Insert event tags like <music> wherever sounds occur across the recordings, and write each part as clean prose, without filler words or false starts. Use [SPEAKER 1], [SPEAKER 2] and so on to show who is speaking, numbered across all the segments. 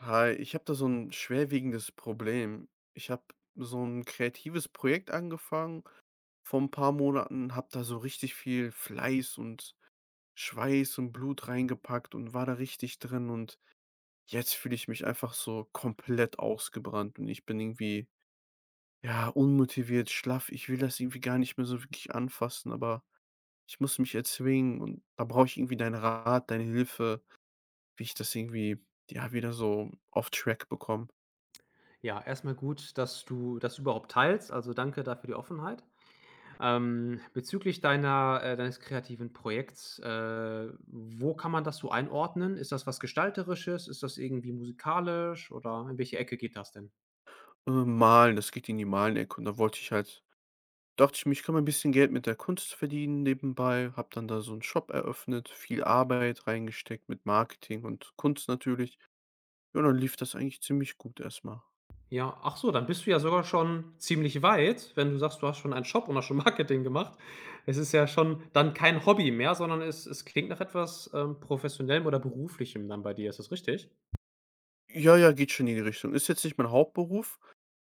[SPEAKER 1] Hi, ich habe da so ein schwerwiegendes Problem. Ich habe so ein kreatives Projekt angefangen vor ein paar Monaten, habe da so richtig viel Fleiß und Schweiß und Blut reingepackt und war da richtig drin und jetzt fühle ich mich einfach so komplett ausgebrannt und ich bin irgendwie, ja, unmotiviert, schlaff. Ich will das irgendwie gar nicht mehr so wirklich anfassen, aber ich muss mich erzwingen und da brauche ich irgendwie deinen Rat, deine Hilfe, wie ich das irgendwie, ja, wieder so auf Track bekomme.
[SPEAKER 2] Ja, erstmal gut, dass du das überhaupt teilst. Also, danke dafür die Offenheit. Bezüglich deiner deines kreativen Projekts, wo kann man das so einordnen? Ist das was Gestalterisches? Ist das irgendwie musikalisch oder in welche Ecke geht das denn?
[SPEAKER 1] Malen, das geht in die Malenecke und da wollte ich halt dachte ich mir, ich kann mal 'n bisschen Geld mit der Kunst verdienen nebenbei, habe dann da so einen Shop eröffnet, viel Arbeit reingesteckt mit Marketing und Kunst natürlich. Ja, und dann lief das eigentlich ziemlich gut erstmal.
[SPEAKER 2] Ja, ach so, dann bist du ja sogar schon ziemlich weit, wenn du sagst, du hast schon einen Shop und hast schon <laughs> Marketing gemacht. Es ist ja schon dann kein Hobby mehr, sondern es klingt nach etwas, Professionellem oder Beruflichem dann bei dir. Ist das richtig?
[SPEAKER 1] Ja, ja, geht schon in die Richtung. Ist jetzt nicht mein Hauptberuf,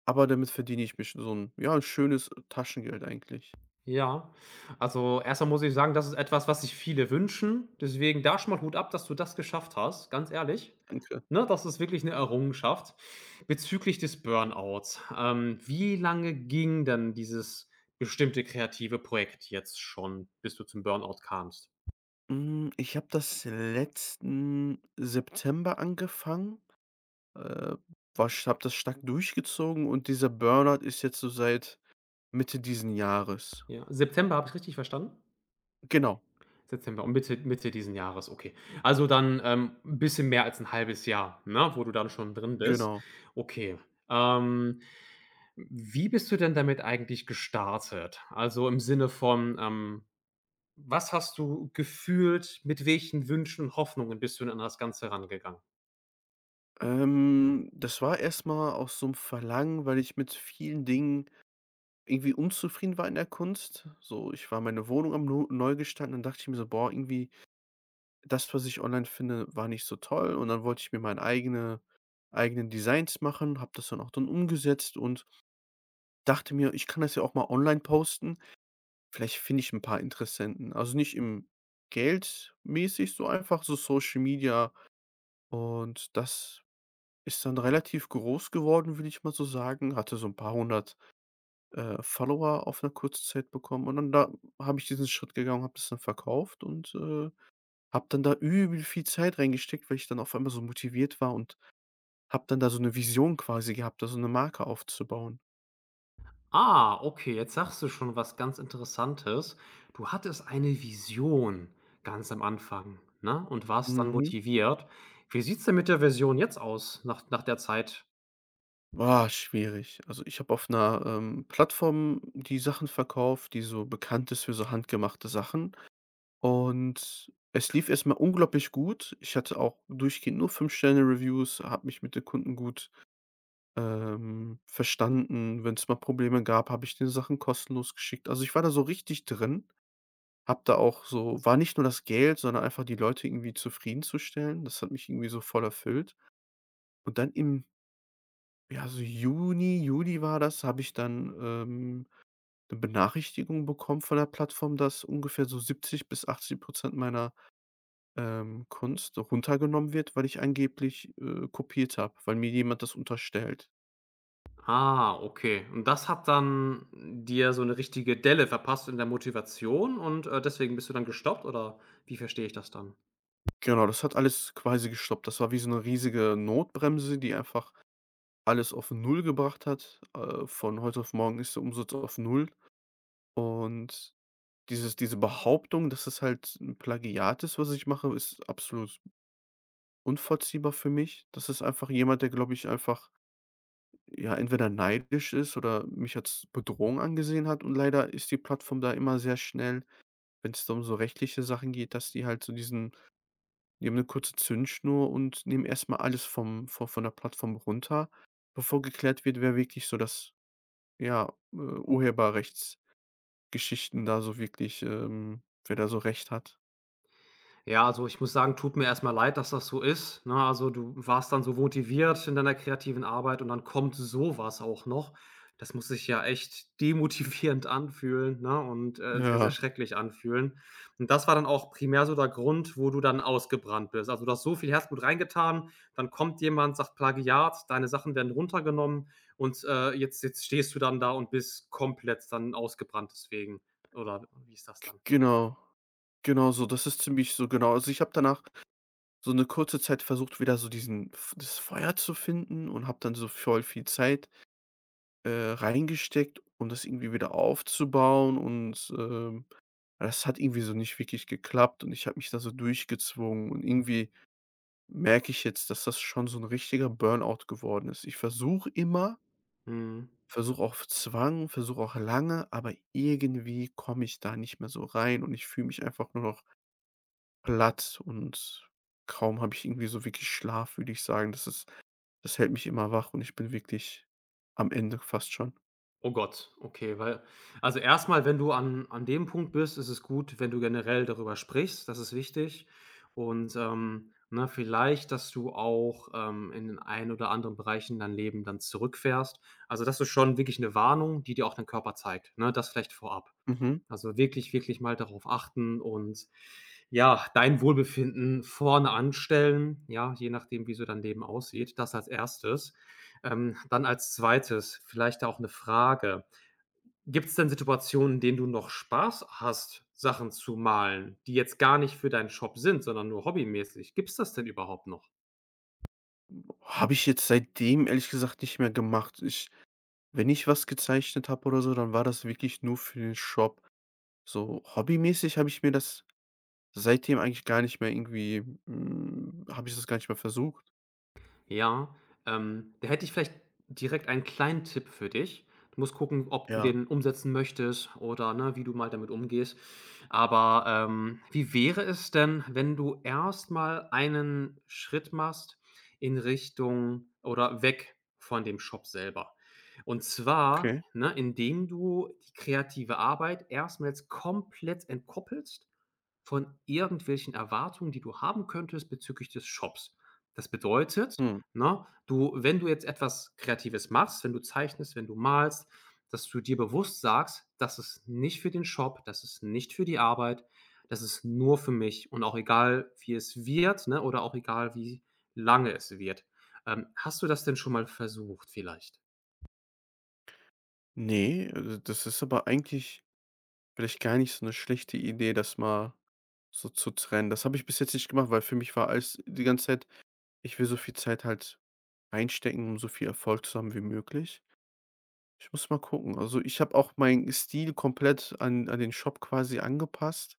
[SPEAKER 1] aber damit verdiene ich mich so ein, ja, ein schönes Taschengeld eigentlich.
[SPEAKER 2] Ja, also erstmal muss ich sagen, das ist etwas, was sich viele wünschen. Deswegen da schon mal Hut ab, dass du das geschafft hast, ganz ehrlich.
[SPEAKER 1] Danke.
[SPEAKER 2] Ne, das ist wirklich eine Errungenschaft. Bezüglich des Burnouts, wie lange ging denn dieses bestimmte kreative Projekt jetzt schon, bis du zum Burnout kamst?
[SPEAKER 1] Ich habe das letzten September angefangen, äh, habe das stark durchgezogen und dieser Burnout ist jetzt so seit Mitte diesen Jahres.
[SPEAKER 2] Ja, September, habe ich richtig verstanden?
[SPEAKER 1] Genau,
[SPEAKER 2] September und Mitte diesen Jahres, okay. Also dann, 'n bisschen mehr als ein halbes Jahr, ne, wo du dann schon drin bist.
[SPEAKER 1] genau.
[SPEAKER 2] Okay, ähm. Wie bist du denn damit eigentlich gestartet? Also, im Sinne von, was hast du gefühlt, mit welchen Wünschen und Hoffnungen bist du denn an das Ganze rangegangen?
[SPEAKER 1] Das war erst mal aus so 'nem Verlangen, weil ich mit vielen Dingen irgendwie unzufrieden war in der Kunst. So, ich war meine Wohnung am nu neu gestalten, dann dachte ich mir so: „Boah, irgendwie das, was ich online finde, war nicht so toll.“ Und dann wollte ich mir meine eigenen Designs machen, habe das dann auch dann umgesetzt und dachte mir: „Ich kann das ja auch mal online posten. Vielleicht finde ich 'n paar Interessenten.“ Also, nicht im geldmäßig, so einfach so Social Media und das ist dann relativ groß geworden, würde ich mal so sagen, hatte so ein paar hundert Follower auf eine kurze Zeit bekommen und dann da habe ich diesen Schritt gegangen, habe das dann verkauft und, habe dann da übel viel Zeit reingesteckt, weil ich dann auf einmal so motiviert war und habe dann da so eine Vision quasi gehabt, da so eine Marke aufzubauen.
[SPEAKER 2] Ah, okay, jetzt sagst du schon was ganz Interessantes. Du hattest eine Vision ganz am Anfang, ne, und warst dann
[SPEAKER 1] Mhm.
[SPEAKER 2] motiviert. Wie sieht's denn mit der Version jetzt aus nach der Zeit?
[SPEAKER 1] Ah, schwierig. Also, ich habe auf einer Plattform die Sachen verkauft, die so bekannt ist für so handgemachte Sachen. Und es lief erst mal unglaublich gut. Ich hatte auch durchgehend nur 5 Sterne Reviews, habe mich mit den Kunden gut, verstanden. Wenn es mal Probleme gab, habe ich den Sachen kostenlos geschickt. Also, ich war da so richtig drin, habe da auch so war nicht nur das Geld, sondern einfach die Leute irgendwie zufriedenzustellen. Das hat mich irgendwie so voll erfüllt. Und dann im, ja, so Juni, Juli war das, habe ich dann, 'ne Benachrichtigung bekommen von der Plattform, dass ungefähr so 70 bis 80 meiner Kunst runtergenommen wird, weil ich angeblich, kopiert habe, weil mir jemand das unterstellt.
[SPEAKER 2] Ah, okay. Und das hat dann dir so eine richtige Delle verpasst in der Motivation und, deswegen bist du dann gestoppt oder wie verstehe ich das dann?
[SPEAKER 1] Genau, das hat alles quasi gestoppt. Das war wie so eine riesige Notbremse, die einfach alles auf Null gebracht hat. Von heute auf morgen ist der Umsatz auf Null. Und diese Behauptung, dass es halt ein Plagiat ist, was ich mache, ist absolut unvorziehbar für mich. Das ist einfach jemand, der, glaube ich, einfach, ja, entweder neidisch ist oder mich als Bedrohung angesehen hat, und leider ist die Plattform da immer sehr schnell, wenn's da um so rechtliche Sachen geht, dass die halt so diesen, die haben 'ne kurze Zündschnur und nehmen erstmal alles vom von der Plattform runter, bevor geklärt wird, wer wirklich so das ja, Urheberrechtsgeschichten da so wirklich, wer da so Recht hat.
[SPEAKER 2] Ja, also ich muss sagen, tut mir erstmal leid, dass das so ist, ne? Also, du warst dann so motiviert in deiner kreativen Arbeit und dann kommt so was auch noch. Das muss sich ja echt demotivierend <laughs> anfühlen, ne, und, sehr, sehr
[SPEAKER 1] Ja,
[SPEAKER 2] schrecklich anfühlen. Und das war dann auch primär so der Grund, wo du dann ausgebrannt bist. Also, du hast so viel Herzblut reingetan, dann kommt jemand, sagt Plagiat, deine Sachen werden runtergenommen und, jetzt stehst du dann da und bist komplett dann ausgebrannt deswegen. Oder wie ist das
[SPEAKER 1] g
[SPEAKER 2] dann?
[SPEAKER 1] genau. Genau so, das ist ziemlich so genau. Also, ich habe danach so eine kurze Zeit versucht, wieder so diesen f das Feuer zu finden und habe dann so voll viel Zeit, reingesteckt, um das irgendwie wieder aufzubauen und das hat irgendwie so nicht wirklich geklappt und ich habe mich da so durchgezwungen und irgendwie merke ich jetzt, dass das schon so ein richtiger Burnout geworden ist. Ich versuche immer,
[SPEAKER 2] Mhm.
[SPEAKER 1] versuche auf Zwang, versuche auch lange, aber irgendwie komme ich da nicht mehr so rein und ich fühle mich einfach nur noch platt und kaum habe ich irgendwie so wirklich Schlaf, würde ich sagen. Das hält mich immer wach und ich bin wirklich am Ende fast schon.
[SPEAKER 2] Oh Gott, okay, weil also erstmal, wenn du an dem Punkt bist, ist es gut, wenn du generell darüber sprichst, das ist wichtig. Und, ne, vielleicht, dass du auch, in den einen oder anderen Bereichen dein Leben dann zurückfährst. Also, das ist schon wirklich eine Warnung, die dir auch dein Körper zeigt, ne? Das vielleicht vorab.
[SPEAKER 1] Mhm.
[SPEAKER 2] Also, wirklich, wirklich mal darauf achten und ja, dein Wohlbefinden vorne anstellen, ja, je nachdem, wie so dein Leben aussieht. Das als erstes. Dann als zweites vielleicht auch eine Frage: Gibt es denn Situationen, in denen du noch Spaß hast, Sachen zu malen, die jetzt gar nicht für deinen Shop sind, sondern nur hobbymäßig? Gibt es das denn überhaupt noch?
[SPEAKER 1] Habe ich jetzt seitdem ehrlich gesagt nicht mehr gemacht. Ich wenn ich was gezeichnet habe oder so, dann war das wirklich nur für den Shop. So hobbymäßig habe ich mir das seitdem eigentlich gar nicht mehr irgendwie habe ich das gar nicht mehr versucht.
[SPEAKER 2] Ja, da hätte ich vielleicht direkt einen kleinen Tipp für dich. Du musst gucken, ob du
[SPEAKER 1] Ja,
[SPEAKER 2] den umsetzen möchtest oder, ne, wie du mal damit umgehst. Aber, wie wäre es denn, wenn du erst mal einen Schritt machst in Richtung oder weg von dem Shop selber? Und zwar,
[SPEAKER 1] okay.
[SPEAKER 2] ne, indem du die kreative Arbeit erst mal jetzt komplett entkoppelst von irgendwelchen Erwartungen, die du haben könntest bezüglich des Shops. Das bedeutet,
[SPEAKER 1] Hm.
[SPEAKER 2] ne, du wenn du jetzt etwas Kreatives machst, wenn du zeichnest, wenn du malst, dass du dir bewusst sagst: „Das ist nicht für den Shop, das ist nicht für die Arbeit, das ist nur für mich und auch egal, wie es wird, ne, oder auch egal, wie lange es wird.“ hast du das denn schon mal versucht vielleicht?
[SPEAKER 1] Ne, das ist aber eigentlich vielleicht gar nicht so eine schlechte Idee, das mal so zu trennen. Das habe ich bis jetzt nicht gemacht, weil für mich war alles die ganze Zeit, ich will so viel Zeit halt einstecken, um so viel Erfolg zu haben wie möglich. Ich muss mal gucken. Also, ich habe auch meinen Stil komplett an den Shop quasi angepasst.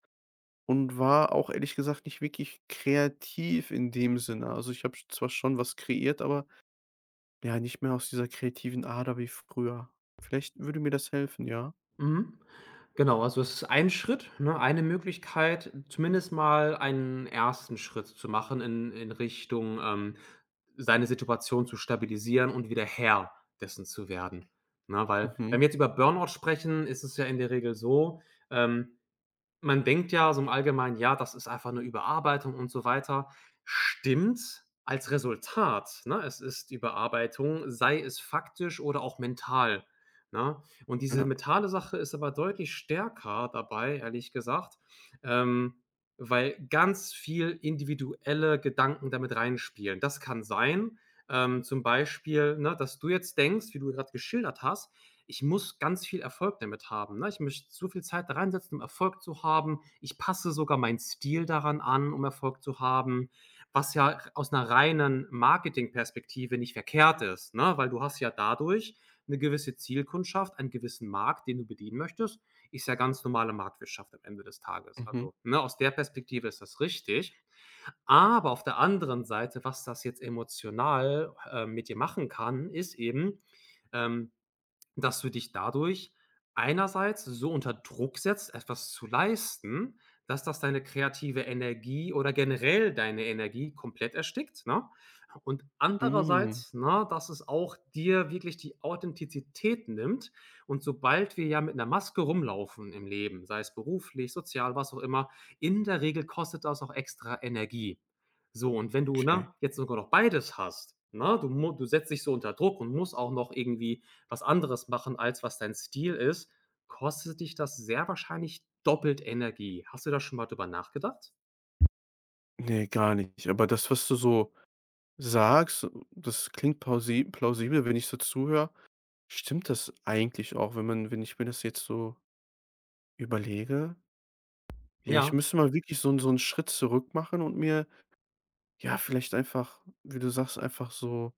[SPEAKER 1] Und war auch ehrlich gesagt nicht wirklich kreativ in dem Sinne. Also, ich habe zwar schon was kreiert, aber ja, nicht mehr aus dieser kreativen Ader wie früher. Vielleicht würde mir das helfen, ja.
[SPEAKER 2] Mhm. Genau, also es ist ein Schritt, ne, eine Möglichkeit, zumindest mal einen ersten Schritt zu machen in Richtung, seine Situation zu stabilisieren und wieder Herr dessen zu werden, ne? Weil, wenn
[SPEAKER 1] Mhm.
[SPEAKER 2] wir jetzt über Burnout sprechen, ist es ja in der Regel so, ähm, man denkt ja so im Allgemeinen: „Ja, das ist einfach 'ne Überarbeitung“ und so weiter. Stimmt als Resultat, ne? Es ist Überarbeitung, sei es faktisch oder auch mental, ne? Und diese
[SPEAKER 1] Ja.
[SPEAKER 2] mentale Sache ist aber deutlich stärker dabei, ehrlich gesagt, ähm, weil ganz viel individuelle Gedanken damit reinspielen. Das kann sein, zum Beispiel, ne, dass du jetzt denkst, wie du grad geschildert hast, ich muss ganz viel Erfolg damit haben, ne? Ich möchte so viel Zeit da reinsetzen, um Erfolg zu haben. Ich passe sogar meinen Stil daran an, um Erfolg zu haben, was ja aus einer reinen Marketingperspektive nicht verkehrt ist, ne? Weil du hast ja dadurch eine gewisse Zielkundschaft, einen gewissen Markt, den du bedienen möchtest. Ist ja ganz normale Marktwirtschaft am Ende des Tages.
[SPEAKER 1] Mhm.
[SPEAKER 2] Also, ne, aus der Perspektive ist das richtig. Aber auf der anderen Seite, was das jetzt emotional, mit dir machen kann, ist eben, ähm, dass du dich dadurch einerseits so unter Druck setzt, etwas zu leisten, dass das deine kreative Energie oder generell deine Energie komplett erstickt, ne? Und
[SPEAKER 1] Hm,
[SPEAKER 2] andererseits, ne, dass es auch dir wirklich die Authentizität nimmt. Und sobald wir ja mit einer Maske rumlaufen im Leben, sei es beruflich, sozial, was auch immer, in der Regel kostet das auch extra Energie. So, und wenn du,
[SPEAKER 1] okay.
[SPEAKER 2] ne, jetzt sogar noch beides hast, ne? Du setzt dich so unter Druck und musst auch noch irgendwie was anderes machen, als was dein Stil ist, kostet dich das sehr wahrscheinlich doppelt Energie. Hast du da schon mal drüber nachgedacht?
[SPEAKER 1] Ne, gar nicht. Aber das, was du so sagst, das klingt pausi plausibel, wenn ich so zuhöre, stimmt das eigentlich auch, wenn ich mir das jetzt so überlege? Ja,
[SPEAKER 2] Ja,
[SPEAKER 1] ich müsste mal wirklich so einen Schritt zurück machen und mir, ja, vielleicht einfach, wie du sagst, einfach so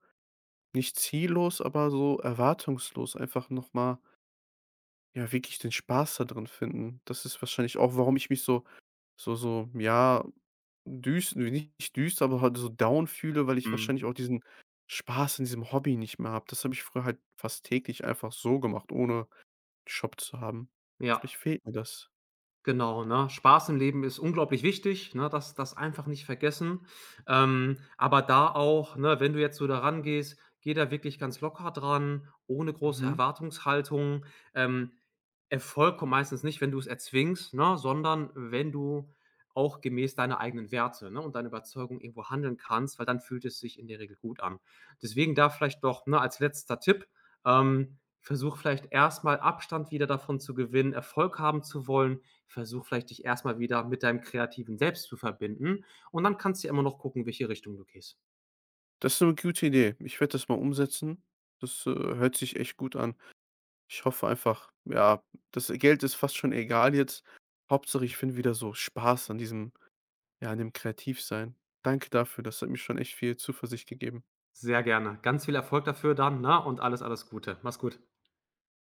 [SPEAKER 1] nicht ziellos, aber so erwartungslos einfach noch mal, ja, wirklich den Spaß da drin finden. Das ist wahrscheinlich auch, warum ich mich so, ja, düs nicht düster, aber halt so down fühle, weil ich
[SPEAKER 2] mhm.
[SPEAKER 1] wahrscheinlich auch diesen Spaß in diesem Hobby nicht mehr habe. Das habe ich früher halt fast täglich einfach so gemacht, ohne Shop zu haben.
[SPEAKER 2] Ja.
[SPEAKER 1] Vielleicht fehlt mir das.
[SPEAKER 2] Genau, ne? Spaß im Leben ist unglaublich wichtig, ne? Das einfach nicht vergessen. Aber da auch, ne, wenn du jetzt so da rangehst, geh da wirklich ganz locker dran, ohne große
[SPEAKER 1] Mhm.
[SPEAKER 2] Erwartungshaltung. Ähm, Erfolg kommt meistens nicht, wenn du es erzwingst, ne, sondern wenn du auch gemäß deiner eigenen Werte, ne, und deiner Überzeugung irgendwo handeln kannst, weil dann fühlt es sich in der Regel gut an. Deswegen da vielleicht doch, ne, als letzter Tipp, versuch vielleicht erstmal Abstand wieder davon zu gewinnen, Erfolg haben zu wollen. Versuch vielleicht dich erstmal wieder mit deinem kreativen Selbst zu verbinden und dann kannst du ja immer noch gucken, welche Richtung du gehst.
[SPEAKER 1] Das ist eine gute Idee. Ich werde das mal umsetzen. Das hört sich echt gut an. Ich hoffe einfach ja, das Geld ist fast schon egal jetzt. Hauptsache, ich finde wieder so Spaß an diesem ja, an dem Kreativsein. Danke dafür, das hat mir schon echt viel Zuversicht gegeben.
[SPEAKER 2] Sehr gerne. Ganz viel Erfolg dafür dann, ne, und alles, alles Gute. Mach's gut.